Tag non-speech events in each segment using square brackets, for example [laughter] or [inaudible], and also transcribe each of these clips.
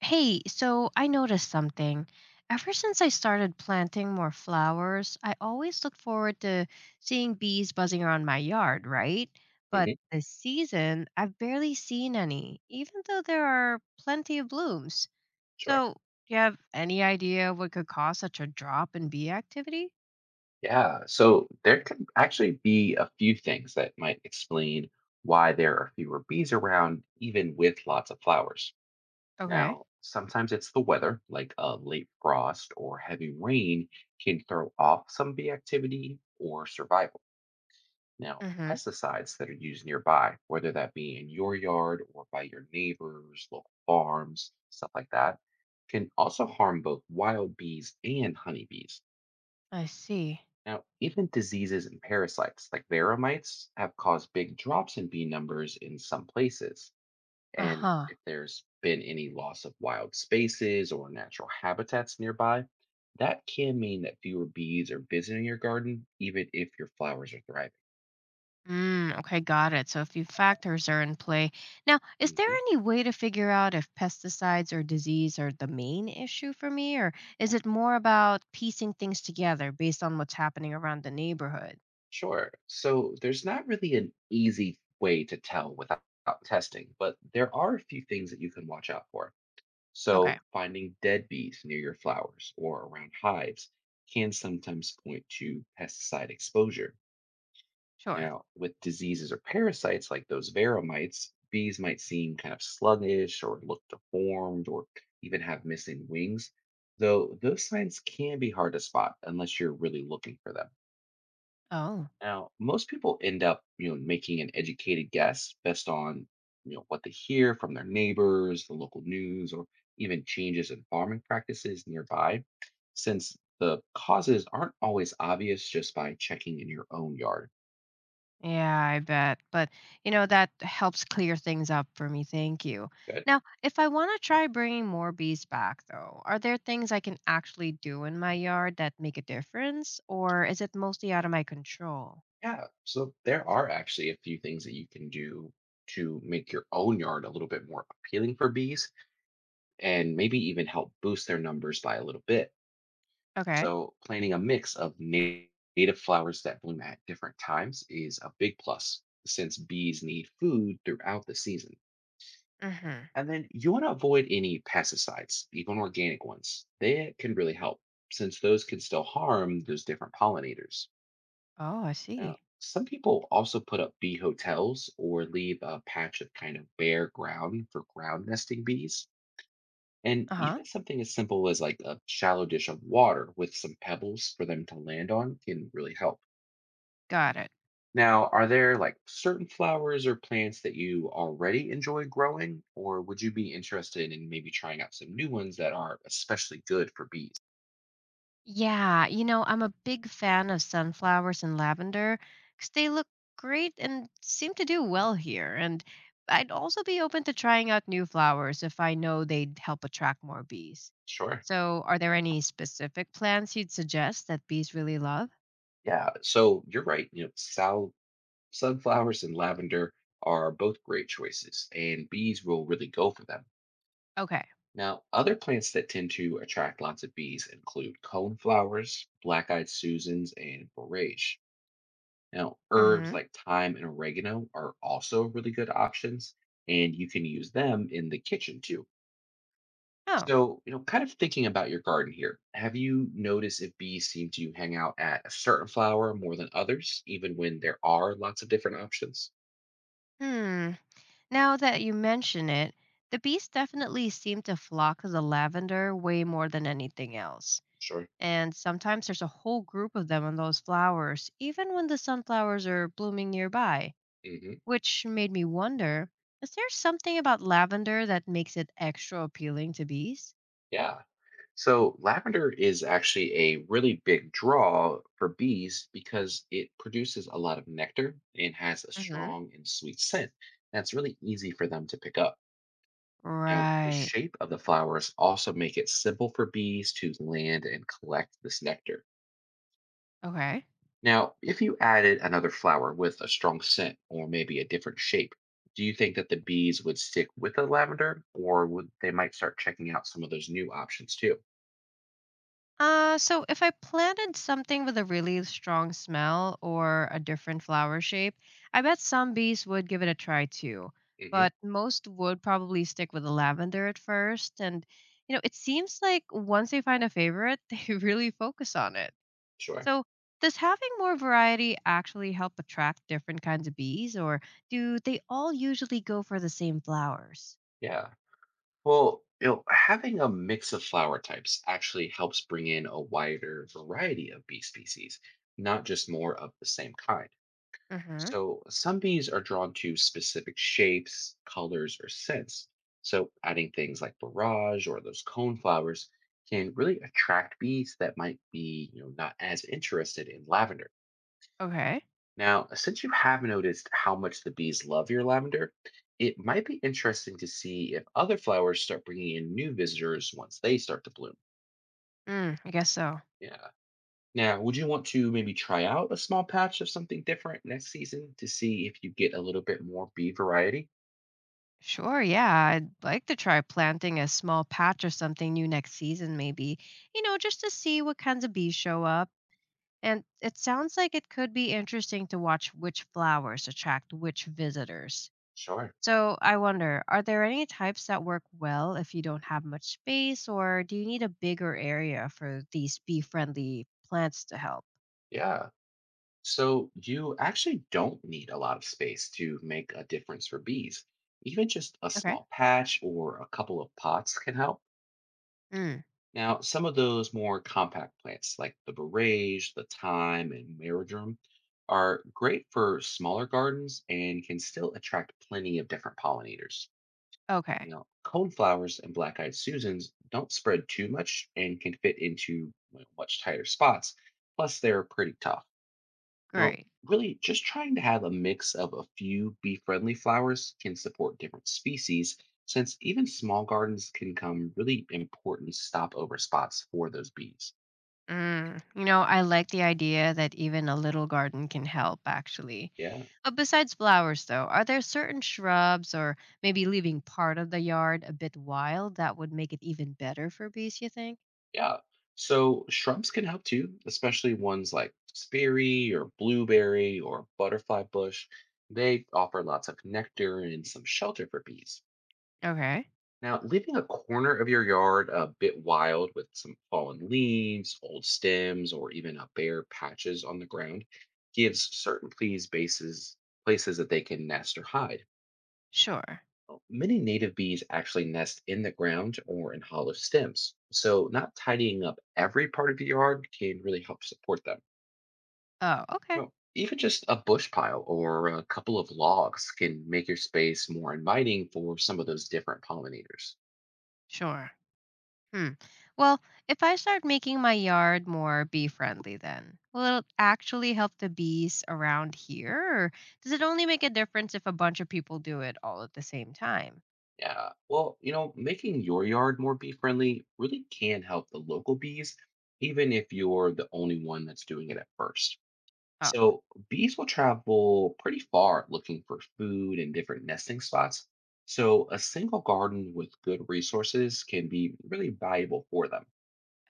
Hey, so I noticed something. Ever since I started planting more flowers, I always look forward to seeing bees buzzing around my yard, right? But Hmm. this season, I've barely seen any, even though there are plenty of blooms. Sure. So, do you have any idea what could cause such a drop in bee activity? Yeah. So there could actually be a few things that might explain why there are fewer bees around, even with lots of flowers. Okay. Now, sometimes it's the weather, like a late frost or heavy rain, can throw off some bee activity or survival. Now, Mm-hmm. pesticides that are used nearby, whether that be in your yard or by your neighbors, local farms, stuff like that, can also harm both wild bees and honeybees. I see. Now, even diseases and parasites like varromites have caused big drops in bee numbers in some places. And Uh-huh. if there's been any loss of wild spaces or natural habitats nearby, that can mean that fewer bees are visiting your garden, even if your flowers are thriving. Mm, okay, got it. So a few factors are in play. Now, is there Mhm. any way to figure out if pesticides or disease are the main issue for me, or is it more about piecing things together based on what's happening around the neighborhood? Sure. So there's not really an easy way to tell without testing, but there are a few things that you can watch out for. Okay, So, finding dead bees near your flowers or around hives can sometimes point to pesticide exposure. sure. Now, with diseases or parasites like those veromites, bees might seem kind of sluggish or look deformed or even have missing wings, though those signs can be hard to spot unless you're really looking for them. Oh, Now, most people end up, making an educated guess based on, what they hear from their neighbors, the local news, or even changes in farming practices nearby, since the causes aren't always obvious just by checking in your own yard. yeah, I bet. But that helps clear things up for me. Thank you. But Now, if I want to try bringing more bees back, though, are there things I can actually do in my yard that make a difference, or is it mostly out of my control? yeah, so there are actually a few things that you can do to make your own yard a little bit more appealing for bees and maybe even help boost their numbers by a little bit. Okay. So planting a mix of native flowers that bloom at different times is a big plus since bees need food throughout the season. Hmm. And then you want to avoid any pesticides, even organic ones. They can really help since those can still harm those different pollinators. Oh, I Now, see. some people also put up bee hotels or leave a patch of kind of bare ground for ground nesting bees, and Uh huh. even something as simple as like a shallow dish of water with some pebbles for them to land on can really help. Got it. Now, are there like certain flowers or plants that you already enjoy growing, or would you be interested in maybe trying out some new ones that are especially good for bees? Yeah, I'm a big fan of sunflowers and lavender because they look great and seem to do well here. And I'd also be open to trying out new flowers if I know they'd help attract more bees. Sure. So, are there any specific plants you'd suggest that bees really love? Yeah. So you're right. You know, sunflowers and lavender are both great choices, and bees will really go for them. Okay. Now, other plants that tend to attract lots of bees include coneflowers, black-eyed Susans, and borage. Now, herbs Hmm. like thyme and oregano are also really good options, and you can use them in the kitchen too. Oh, So, you know, kind of thinking about your garden here, have you noticed if bees seem to hang out at a certain flower more than others, even when there are lots of different options? hmm. Now that you mention it, the bees definitely seem to flock to the lavender way more than anything else. Sure. And sometimes there's a whole group of them on those flowers, even when the sunflowers are blooming nearby, Hmm. which made me wonder, is there something about lavender that makes it extra appealing to bees? Yeah. So, lavender is actually a really big draw for bees because it produces a lot of nectar and has a Hmm. strong and sweet scent. That's really easy for them to pick up. Now, the Right. shape of the flowers also make it simple for bees to land and collect this nectar. Okay. Now, if you added another flower with a strong scent or maybe a different shape, do you think that the bees would stick with the lavender or would they might start checking out some of those new options too? So if I planted something with a really strong smell or a different flower shape, I bet some bees would give it a try too. But Hmm. most would probably stick with the lavender at first. And it seems like once they find a favorite, [laughs] they really focus on it. Sure. So does having more variety actually help attract different kinds of bees, or do they all usually go for the same flowers? Yeah. Well, you know, having a mix of flower types actually helps bring in a wider variety of bee species, not just more of the same kind. Mm-hmm. So some bees are drawn to specific shapes, colors, or scents. So adding things like barrage or those cone flowers can really attract bees that might be, not as interested in lavender. Okay. Now, since you have noticed how much the bees love your lavender, it might be interesting to see if other flowers start bringing in new visitors once they start to bloom. Mm, I guess so. Yeah. Now, would you want to maybe try out a small patch of something different next season to see if you get a little bit more bee variety? Sure, yeah. I'd like to try planting a small patch or something new next season, maybe, just to see what kinds of bees show up. And it sounds like it could be interesting to watch which flowers attract which visitors. Sure. So I wonder, are there any types that work well if you don't have much space, or do you need a bigger area for these bee friendly plants to help? Yeah. So, you actually don't need a lot of space to make a difference for bees. Even just a Okay. small patch or a couple of pots can help. Mm, Now, some of those more compact plants, like the berage, the thyme, and marjoram, are great for smaller gardens and can still attract plenty of different pollinators. okay, Now, coneflowers and black-eyed Susans don't spread too much and can fit into you much tighter spots. Plus, they're pretty tough. Now, great. really, just trying to have a mix of a few bee friendly flowers can support different species, since even small gardens can become really important stopover spots for those bees. Mm, I like the idea that even a little garden can help, actually. Yeah, Besides flowers, though, are there certain shrubs or maybe leaving part of the yard a bit wild that would make it even better for bees, you think? yeah. So, shrubs can help too, especially ones like sperry or blueberry or butterfly bush. They offer lots of nectar and some shelter for bees. Okay, Now, leaving a corner of your yard a bit wild with some fallen leaves, old stems, or even a bare patches on the ground gives certain bees bases places that they can nest or hide. sure. Well, many native bees actually nest in the ground or in hollow stems, so not tidying up every part of your yard can really help support them. Oh, okay, You know, even just a bush pile or a couple of logs can make your space more inviting for some of those different pollinators. sure. Hmm. Well, if I start making my yard more bee friendly, then will it actually help the bees around here? Or does it only make a difference if a bunch of people do it all at the same time? Yeah. Well, you know, making your yard more bee friendly really can help the local bees, even if you're the only one that's doing it at first. Oh, So, bees will travel pretty far looking for food and different nesting spots. So, a single garden with good resources can be really valuable for them.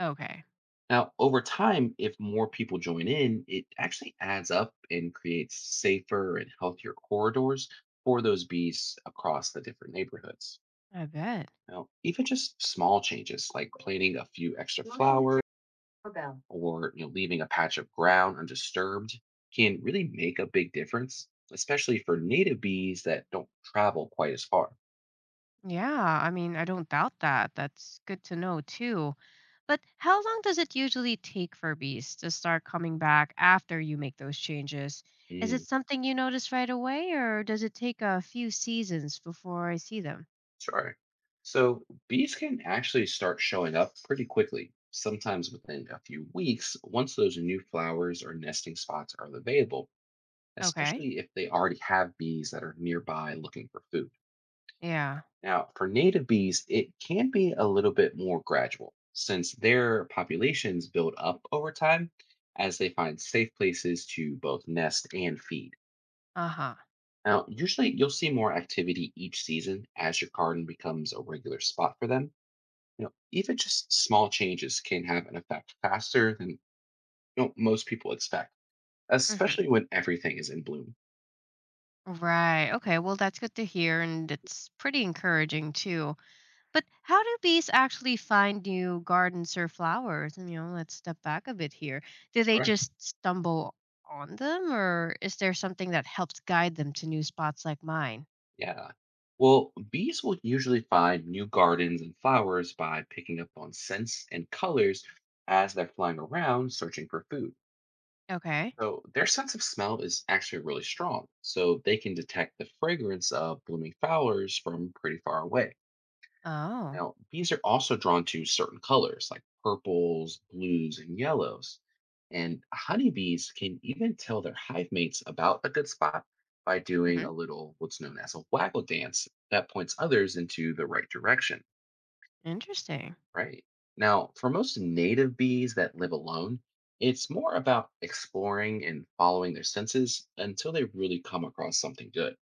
okay. Now, over time, if more people join in, it actually adds up and creates safer and healthier corridors for those bees across the different neighborhoods. I bet. Now, even just small changes like planting a few extra Morning, flowers doorbell. Or leaving a patch of ground undisturbed can really make a big difference, especially for native bees that don't travel quite as far. Yeah, I mean, I don't doubt that. That's good to know too. But how long does it usually take for bees to start coming back after you make those changes? Is it Mm, something you notice right away, or does it take a few seasons before I see them? sure. So, bees can actually start showing up pretty quickly, sometimes within a few weeks, once those new flowers or nesting spots are available, Okay. especially if they already have bees that are nearby looking for food. Yeah. Now, for native bees, it can be a little bit more gradual since their populations build up over time as they find safe places to both nest and feed. Uh huh. Now, usually you'll see more activity each season as your garden becomes a regular spot for them. You know, even just small changes can have an effect faster than most people expect, Hmm. especially when everything is in bloom. Right. Okay. Well, that's good to hear, and it's pretty encouraging too. But how do bees actually find new gardens or flowers? Let's step back a bit here. Do they Sure. just stumble on them, or is there something that helps guide them to new spots like mine? Yeah. Well, bees will usually find new gardens and flowers by picking up on scents and colors as they're flying around searching for food. Okay. So their sense of smell is actually really strong, so they can detect the fragrance of blooming flowers from pretty far away. Oh, Now, bees are also drawn to certain colors like purples, blues, and yellows. And honeybees can even tell their hive mates about a good spot by doing a hmm, little what's known as a waggle dance that points others into the right direction, interesting. right? Now, for most native bees that live alone, it's more about exploring and following their senses until they really come across something good.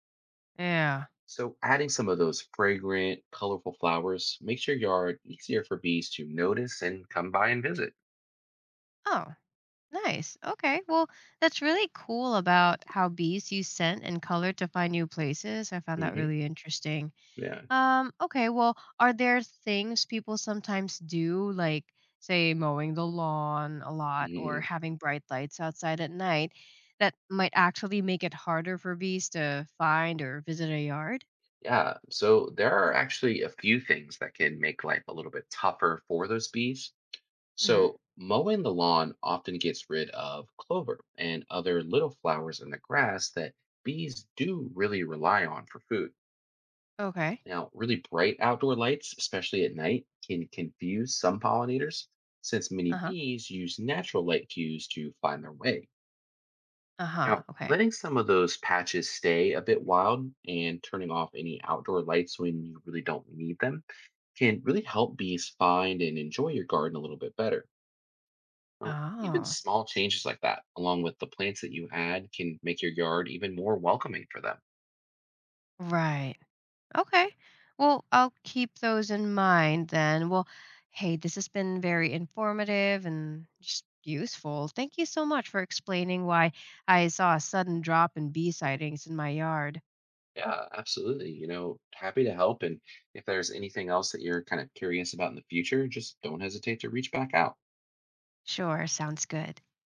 Yeah. So, adding some of those fragrant, colorful flowers makes your yard easier for bees to notice and come by and visit. Oh, nice. Okay. Well, that's really cool about how bees use scent and color to find new places. I found that Hmm. really interesting. Yeah. Okay, well, are there things people sometimes do, like, say, mowing the lawn a lot or Mm. having bright lights outside at night, that might actually make it harder for bees to find or visit a yard? Yeah, so there are actually a few things that can make life a little bit tougher for those bees. Hmm. So, mowing the lawn often gets rid of clover and other little flowers in the grass that bees do really rely on for food. Okay. Now, really bright outdoor lights, especially at night, can confuse some pollinators since many Uh huh. bees use natural light cues to find their way. Uh huh. Now, Okay. letting some of those patches stay a bit wild and turning off any outdoor lights when you really don't need them can really help bees find and enjoy your garden a little bit better. Now, even Oh, small changes like that, along with the plants that you add, can make your yard even more welcoming for them. right. Okay. Well, I'll keep those in mind then. Well, hey, this has been very informative and just useful. Thank you so much for explaining why I saw a sudden drop in bee sightings in my yard. Yeah, absolutely. You know, happy to help. And if there's anything else that you're kind of curious about in the future, just don't hesitate to reach back out. Sure, sounds good.